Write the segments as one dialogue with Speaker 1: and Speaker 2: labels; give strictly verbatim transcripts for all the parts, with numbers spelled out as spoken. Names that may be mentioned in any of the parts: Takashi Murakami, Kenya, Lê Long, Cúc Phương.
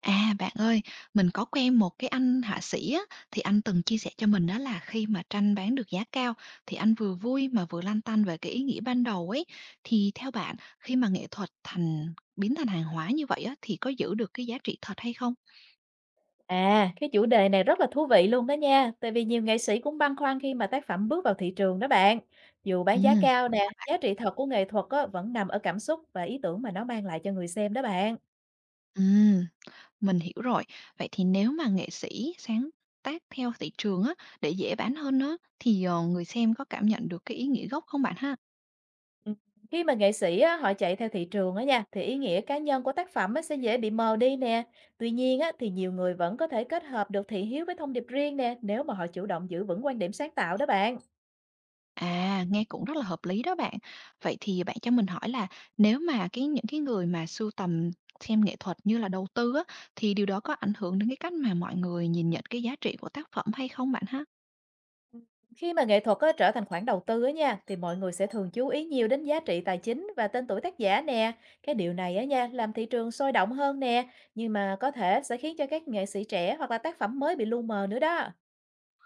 Speaker 1: À, bạn ơi, mình có quen một cái anh họa sĩ á, thì anh từng chia sẻ cho mình đó là khi mà tranh bán được giá cao thì anh vừa vui mà vừa lăn tăn về cái ý nghĩa ban đầu ấy. Thì theo bạn, khi mà nghệ thuật thành biến thành hàng hóa như vậy á, thì có giữ được cái giá trị thật hay không?
Speaker 2: À, cái chủ đề này rất là thú vị luôn đó nha, tại vì nhiều nghệ sĩ cũng băn khoăn khi mà tác phẩm bước vào thị trường đó bạn. Dù
Speaker 1: Ừ,
Speaker 2: bán giá cao nè, giá trị thật của nghệ thuật á, vẫn nằm ở cảm xúc và ý tưởng mà nó mang lại cho người xem đó bạn.
Speaker 1: ừ, mình hiểu rồi. Vậy thì nếu mà nghệ sĩ sáng tác theo thị trường á, để dễ bán hơn á, thì ờ, người xem có cảm nhận được cái ý nghĩa gốc không bạn ha?
Speaker 2: Ừ. Khi mà nghệ sĩ á, họ chạy theo thị trường á nha, thì ý nghĩa cá nhân của tác phẩm á, sẽ dễ bị mờ đi nè. Tuy nhiên á, thì nhiều người vẫn có thể kết hợp được thị hiếu với thông điệp riêng nè, nếu mà họ chủ động giữ vững quan điểm sáng tạo đó bạn.
Speaker 1: À, nghe cũng rất là hợp lý đó bạn. Vậy thì bạn cho mình hỏi là nếu mà cái những cái người mà sưu tầm xem nghệ thuật như là đầu tư á, thì điều đó có ảnh hưởng đến cái cách mà mọi người nhìn nhận cái giá trị của tác phẩm hay không bạn ha?
Speaker 2: Khi mà nghệ thuật á, trở thành khoản đầu tư á nha, thì mọi người sẽ thường chú ý nhiều đến giá trị tài chính và tên tuổi tác giả nè. Cái điều này á nha, làm thị trường sôi động hơn nè, nhưng mà có thể sẽ khiến cho các nghệ sĩ trẻ hoặc là tác phẩm mới bị lu mờ nữa đó.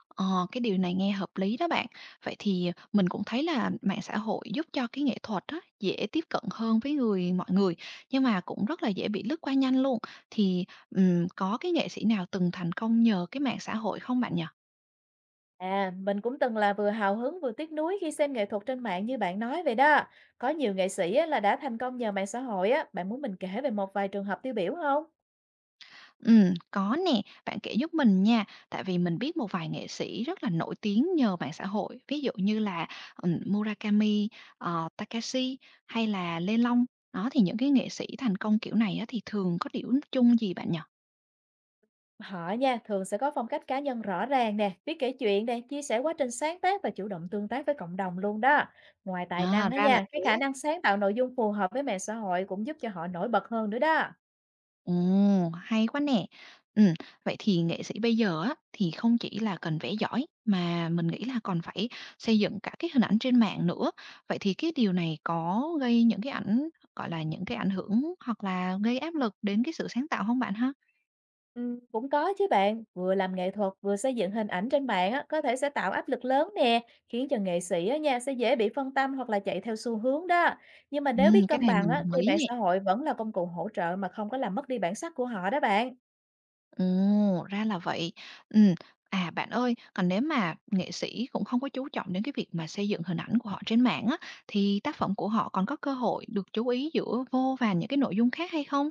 Speaker 1: Ờ, cái điều này nghe hợp lý đó bạn. Vậy thì mình cũng thấy là mạng xã hội giúp cho cái nghệ thuật á, dễ tiếp cận hơn với người mọi người nhưng mà cũng rất là dễ bị lướt qua nhanh luôn. Thì ừm, có cái nghệ sĩ nào từng thành công nhờ cái mạng xã hội không bạn nhỉ?
Speaker 2: À, mình cũng từng là vừa hào hứng vừa tiếc nuối khi xem nghệ thuật trên mạng như bạn nói vậy đó. Có nhiều nghệ sĩ á, là đã thành công nhờ mạng xã hội á, bạn muốn mình kể về một vài trường hợp tiêu biểu không?
Speaker 1: Ừm, có nè, bạn kể giúp mình nha, tại vì mình biết một vài nghệ sĩ rất là nổi tiếng nhờ mạng xã hội, ví dụ như là, ừm, Murakami, ờ, Takashi hay là Lê Long. Đó, thì những cái nghệ sĩ thành công kiểu này á, thì thường có điểm chung gì bạn nhỉ?
Speaker 2: Họ nha, thường sẽ có phong cách cá nhân rõ ràng nè, biết kể chuyện nè, chia sẻ quá trình sáng tác và chủ động tương tác với cộng đồng luôn đó. Ngoài tài năng
Speaker 1: À,
Speaker 2: á
Speaker 1: ra là
Speaker 2: nha, cái khả
Speaker 1: thế.
Speaker 2: năng sáng tạo nội dung phù hợp với mạng xã hội cũng giúp cho họ nổi bật hơn nữa đó.
Speaker 1: Ồ, hay quá nè! Ừm, vậy thì nghệ sĩ bây giờ á, thì không chỉ là cần vẽ giỏi mà mình nghĩ là còn phải xây dựng cả cái hình ảnh trên mạng nữa. Vậy thì cái điều này có gây những cái ảnh gọi là, những cái ảnh hưởng hoặc là gây áp lực đến cái sự sáng tạo không bạn ha?
Speaker 2: Ừ, cũng có chứ bạn, vừa làm nghệ thuật vừa xây dựng hình ảnh trên mạng á, có thể sẽ tạo áp lực lớn nè, khiến cho nghệ sĩ á nha sẽ dễ bị phân tâm hoặc là chạy theo xu hướng đó. Nhưng mà nếu
Speaker 1: Ừm,
Speaker 2: biết
Speaker 1: cái
Speaker 2: cân
Speaker 1: này
Speaker 2: bằng
Speaker 1: mình
Speaker 2: á,
Speaker 1: đồng
Speaker 2: thì
Speaker 1: ý
Speaker 2: mạng
Speaker 1: nè.
Speaker 2: xã hội vẫn là công cụ hỗ trợ mà không có làm mất đi bản sắc của họ đó bạn.
Speaker 1: Ồ, ra là vậy. Ừm, à, bạn ơi, còn nếu mà nghệ sĩ cũng không có chú trọng đến cái việc mà xây dựng hình ảnh của họ trên mạng á, thì tác phẩm của họ còn có cơ hội được chú ý giữa vô vàn những cái nội dung khác hay không?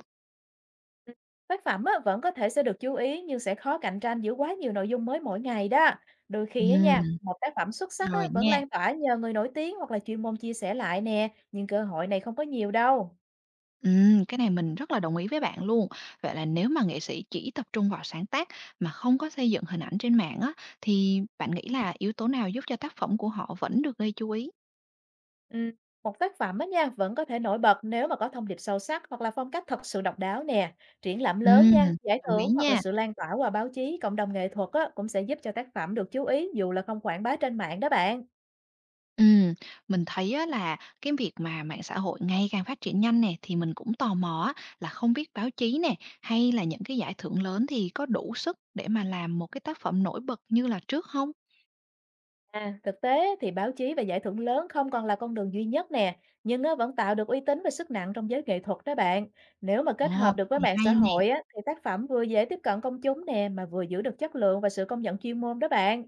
Speaker 2: Ừm, tác phẩm á, vẫn có thể sẽ được chú ý nhưng sẽ khó cạnh tranh giữa quá nhiều nội dung mới mỗi ngày đó. Đôi khi á nha,
Speaker 1: Ừm,
Speaker 2: một tác phẩm xuất sắc á,
Speaker 1: rồi
Speaker 2: vẫn
Speaker 1: nha.
Speaker 2: lan tỏa nhờ người nổi tiếng hoặc là chuyên môn chia sẻ lại nè, nhưng cơ hội này không có nhiều đâu.
Speaker 1: Ừm, cái này mình rất là đồng ý với bạn luôn. Vậy là nếu mà nghệ sĩ chỉ tập trung vào sáng tác mà không có xây dựng hình ảnh trên mạng á, thì bạn nghĩ là yếu tố nào giúp cho tác phẩm của họ vẫn được gây chú ý?
Speaker 2: Ừm, một tác phẩm á nha, vẫn có thể nổi bật nếu mà có thông điệp sâu sắc hoặc là phong cách thật sự độc đáo nè. Triển lãm lớn
Speaker 1: Ừm,
Speaker 2: nha, giải
Speaker 1: đồng ý
Speaker 2: thưởng hoặc là
Speaker 1: nha.
Speaker 2: sự lan tỏa qua báo chí, cộng đồng nghệ thuật á, cũng sẽ giúp cho tác phẩm được chú ý dù là không quảng bá trên mạng đó bạn.
Speaker 1: Ừm, mình thấy á là cái việc mà mạng xã hội ngày càng phát triển nhanh nè, thì mình cũng tò mò á là không biết báo chí nè, hay là những cái giải thưởng lớn thì có đủ sức để mà làm một cái tác phẩm nổi bật như là trước không?
Speaker 2: À, thực tế thì báo chí và giải thưởng lớn không còn là con đường duy nhất nè, nhưng nó vẫn tạo được uy tín và sức nặng trong giới nghệ thuật đó bạn. Nếu mà kết
Speaker 1: Ồ,
Speaker 2: hợp được
Speaker 1: cái
Speaker 2: với
Speaker 1: này
Speaker 2: mạng xã
Speaker 1: hay nè.
Speaker 2: hội á, thì tác phẩm vừa dễ tiếp cận công chúng nè, mà vừa giữ được chất lượng và sự công nhận chuyên môn đó bạn.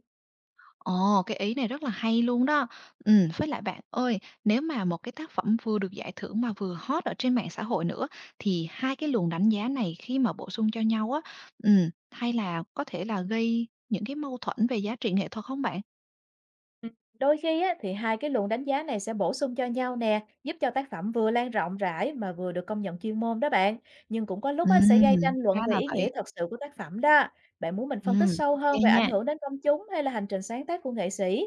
Speaker 1: Ồ, cái ý này rất là hay luôn đó. Ừm, với lại bạn ơi, nếu mà một cái tác phẩm vừa được giải thưởng mà vừa hot ở trên mạng xã hội nữa, thì hai cái luồng đánh giá này khi mà bổ sung cho nhau á, ừm, hay là có thể là gây những cái mâu thuẫn về giá trị nghệ thuật không bạn?
Speaker 2: Ừ, đôi khi á, thì hai cái luồng đánh giá này sẽ bổ sung cho nhau nè, giúp cho tác phẩm vừa lan rộng rãi mà vừa được công nhận chuyên môn đó bạn. Nhưng cũng có lúc á, sẽ gây
Speaker 1: Ừm,
Speaker 2: tranh
Speaker 1: ra
Speaker 2: luận về
Speaker 1: là
Speaker 2: ý
Speaker 1: vậy.
Speaker 2: nghĩa thật sự của tác phẩm đó. Bạn muốn mình phân tích
Speaker 1: Ừm,
Speaker 2: sâu hơn
Speaker 1: ô
Speaker 2: về
Speaker 1: nha.
Speaker 2: ảnh hưởng đến công chúng hay là hành trình sáng tác của nghệ sĩ?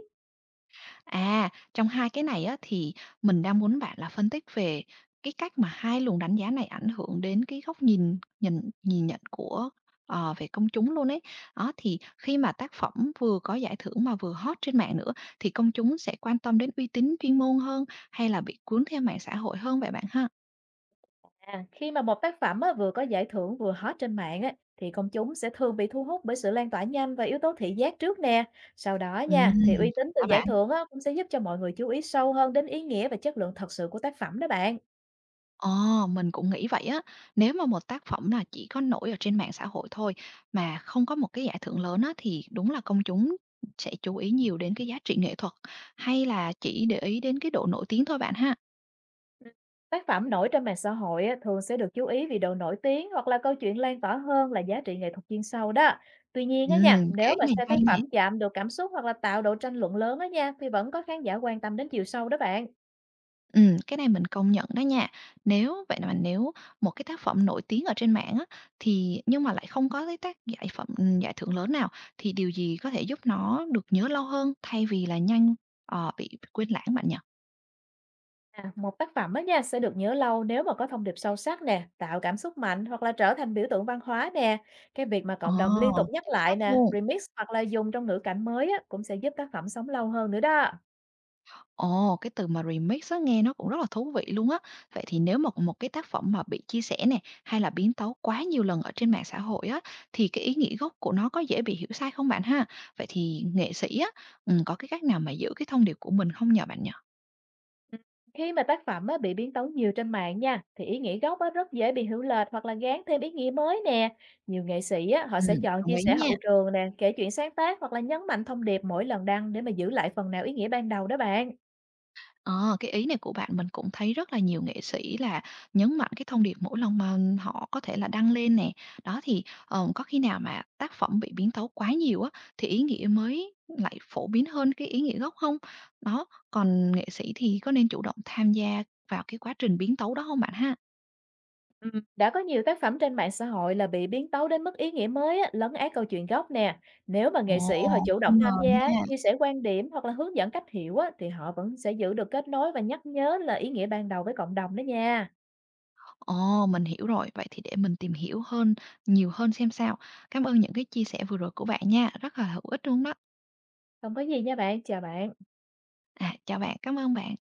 Speaker 1: À, trong hai cái này á, thì mình đang muốn bạn là phân tích về cái cách mà hai luồng đánh giá này ảnh hưởng đến cái góc nhìn nhìn nhìn nhận của ờ, về công chúng luôn ấy. Đó thì khi mà tác phẩm vừa có giải thưởng mà vừa hot trên mạng nữa thì công chúng sẽ quan tâm đến uy tín chuyên môn hơn hay là bị cuốn theo mạng xã hội hơn vậy bạn ha?
Speaker 2: À, khi mà một tác phẩm á, vừa có giải thưởng vừa hot trên mạng á, thì công chúng sẽ thường bị thu hút bởi sự lan tỏa nhanh và yếu tố thị giác trước nè. Sau đó
Speaker 1: Ừ
Speaker 2: nha, thì uy tín từ
Speaker 1: hả
Speaker 2: giải
Speaker 1: bạn?
Speaker 2: thưởng á, cũng sẽ giúp cho mọi người chú ý sâu hơn đến ý nghĩa và chất lượng thật sự của tác phẩm đó bạn.
Speaker 1: Ờ, mình cũng nghĩ vậy á. Nếu mà một tác phẩm là chỉ có nổi ở trên mạng xã hội thôi mà không có một cái giải thưởng lớn á, thì đúng là công chúng sẽ chú ý nhiều đến cái giá trị nghệ thuật hay là chỉ để ý đến cái độ nổi tiếng thôi bạn ha?
Speaker 2: Ừ. Tác phẩm nổi trên mạng xã hội á, thường sẽ được chú ý vì độ nổi tiếng hoặc là câu chuyện lan tỏa hơn là giá trị nghệ thuật chuyên sâu đó. Tuy nhiên
Speaker 1: Ừ,
Speaker 2: á nha, nếu
Speaker 1: cái ý
Speaker 2: mà
Speaker 1: này
Speaker 2: xem
Speaker 1: hay
Speaker 2: tác
Speaker 1: nè.
Speaker 2: phẩm chạm được cảm xúc hoặc là tạo độ tranh luận lớn á nha, thì vẫn có khán giả quan tâm đến chiều sâu đó bạn.
Speaker 1: Ừ, cái này mình công nhận đó nha. Nếu vậy mà nếu một cái tác phẩm nổi tiếng ở trên mạng á, thì nhưng mà lại không có cái tác giải phẩm giải thưởng lớn nào thì điều gì có thể giúp nó được nhớ lâu hơn thay vì là nhanh ờ, bị quên lãng bạn nhỉ?
Speaker 2: À, một tác phẩm á nha sẽ được nhớ lâu nếu mà có thông điệp sâu sắc nè, tạo cảm xúc mạnh hoặc là trở thành biểu tượng văn hóa nè. Cái việc mà
Speaker 1: Ờ,
Speaker 2: cộng đồng liên tục nhắc
Speaker 1: chính
Speaker 2: lại
Speaker 1: xác
Speaker 2: nè,
Speaker 1: luôn.
Speaker 2: remix hoặc là dùng trong ngữ cảnh mới á, cũng sẽ giúp tác phẩm sống lâu hơn nữa đó.
Speaker 1: Ồ, cái từ mà remix á, nghe nó cũng rất là thú vị luôn á. Vậy thì nếu mà một cái tác phẩm mà bị chia sẻ nè, hay là biến tấu quá nhiều lần ở trên mạng xã hội á, thì cái ý nghĩa gốc của nó có dễ bị hiểu sai không bạn ha? Vậy thì nghệ sĩ á, ừm, có cái cách nào mà giữ cái thông điệp của mình không nhờ bạn nhỉ?
Speaker 2: Ừ. Khi mà tác phẩm á, bị biến tấu nhiều trên mạng nha, thì ý nghĩa gốc á, rất dễ bị hiểu lệch hoặc là gán thêm ý nghĩa mới nè. Nhiều nghệ sĩ á, họ sẽ
Speaker 1: Ừm,
Speaker 2: chọn
Speaker 1: đồng
Speaker 2: chia
Speaker 1: ý
Speaker 2: sẻ
Speaker 1: nha.
Speaker 2: hậu trường nè, kể chuyện sáng tác hoặc là nhấn mạnh thông điệp mỗi lần đăng để mà giữ lại phần nào ý nghĩa ban đầu đó bạn.
Speaker 1: Ờ, cái ý này của bạn mình cũng thấy rất là nhiều nghệ sĩ là nhấn mạnh cái thông điệp mỗi lần mà họ có thể là đăng lên nè. Đó thì, ờ, có khi nào mà tác phẩm bị biến tấu quá nhiều á, thì ý nghĩa mới lại phổ biến hơn cái ý nghĩa gốc không? Đó, còn nghệ sĩ thì có nên chủ động tham gia vào cái quá trình biến tấu đó không bạn ha?
Speaker 2: Ừm, đã có nhiều tác phẩm trên mạng xã hội là bị biến tấu đến mức ý nghĩa mới á, lấn át câu chuyện gốc nè. Nếu mà
Speaker 1: Ồ,
Speaker 2: nghệ sĩ họ chủ động
Speaker 1: không ngờ
Speaker 2: tham gia á,
Speaker 1: nha.
Speaker 2: chia sẻ quan điểm hoặc là hướng dẫn cách hiểu á, thì họ vẫn sẽ giữ được kết nối và nhắc nhớ là ý nghĩa ban đầu với cộng đồng đó nha.
Speaker 1: Ồ, mình hiểu rồi, vậy thì để mình tìm hiểu hơn nhiều hơn xem sao. Cảm ơn những cái chia sẻ vừa rồi của bạn nha, rất là hữu ích luôn đó.
Speaker 2: Không có gì nha bạn, chào bạn.
Speaker 1: À, chào bạn, cảm ơn bạn.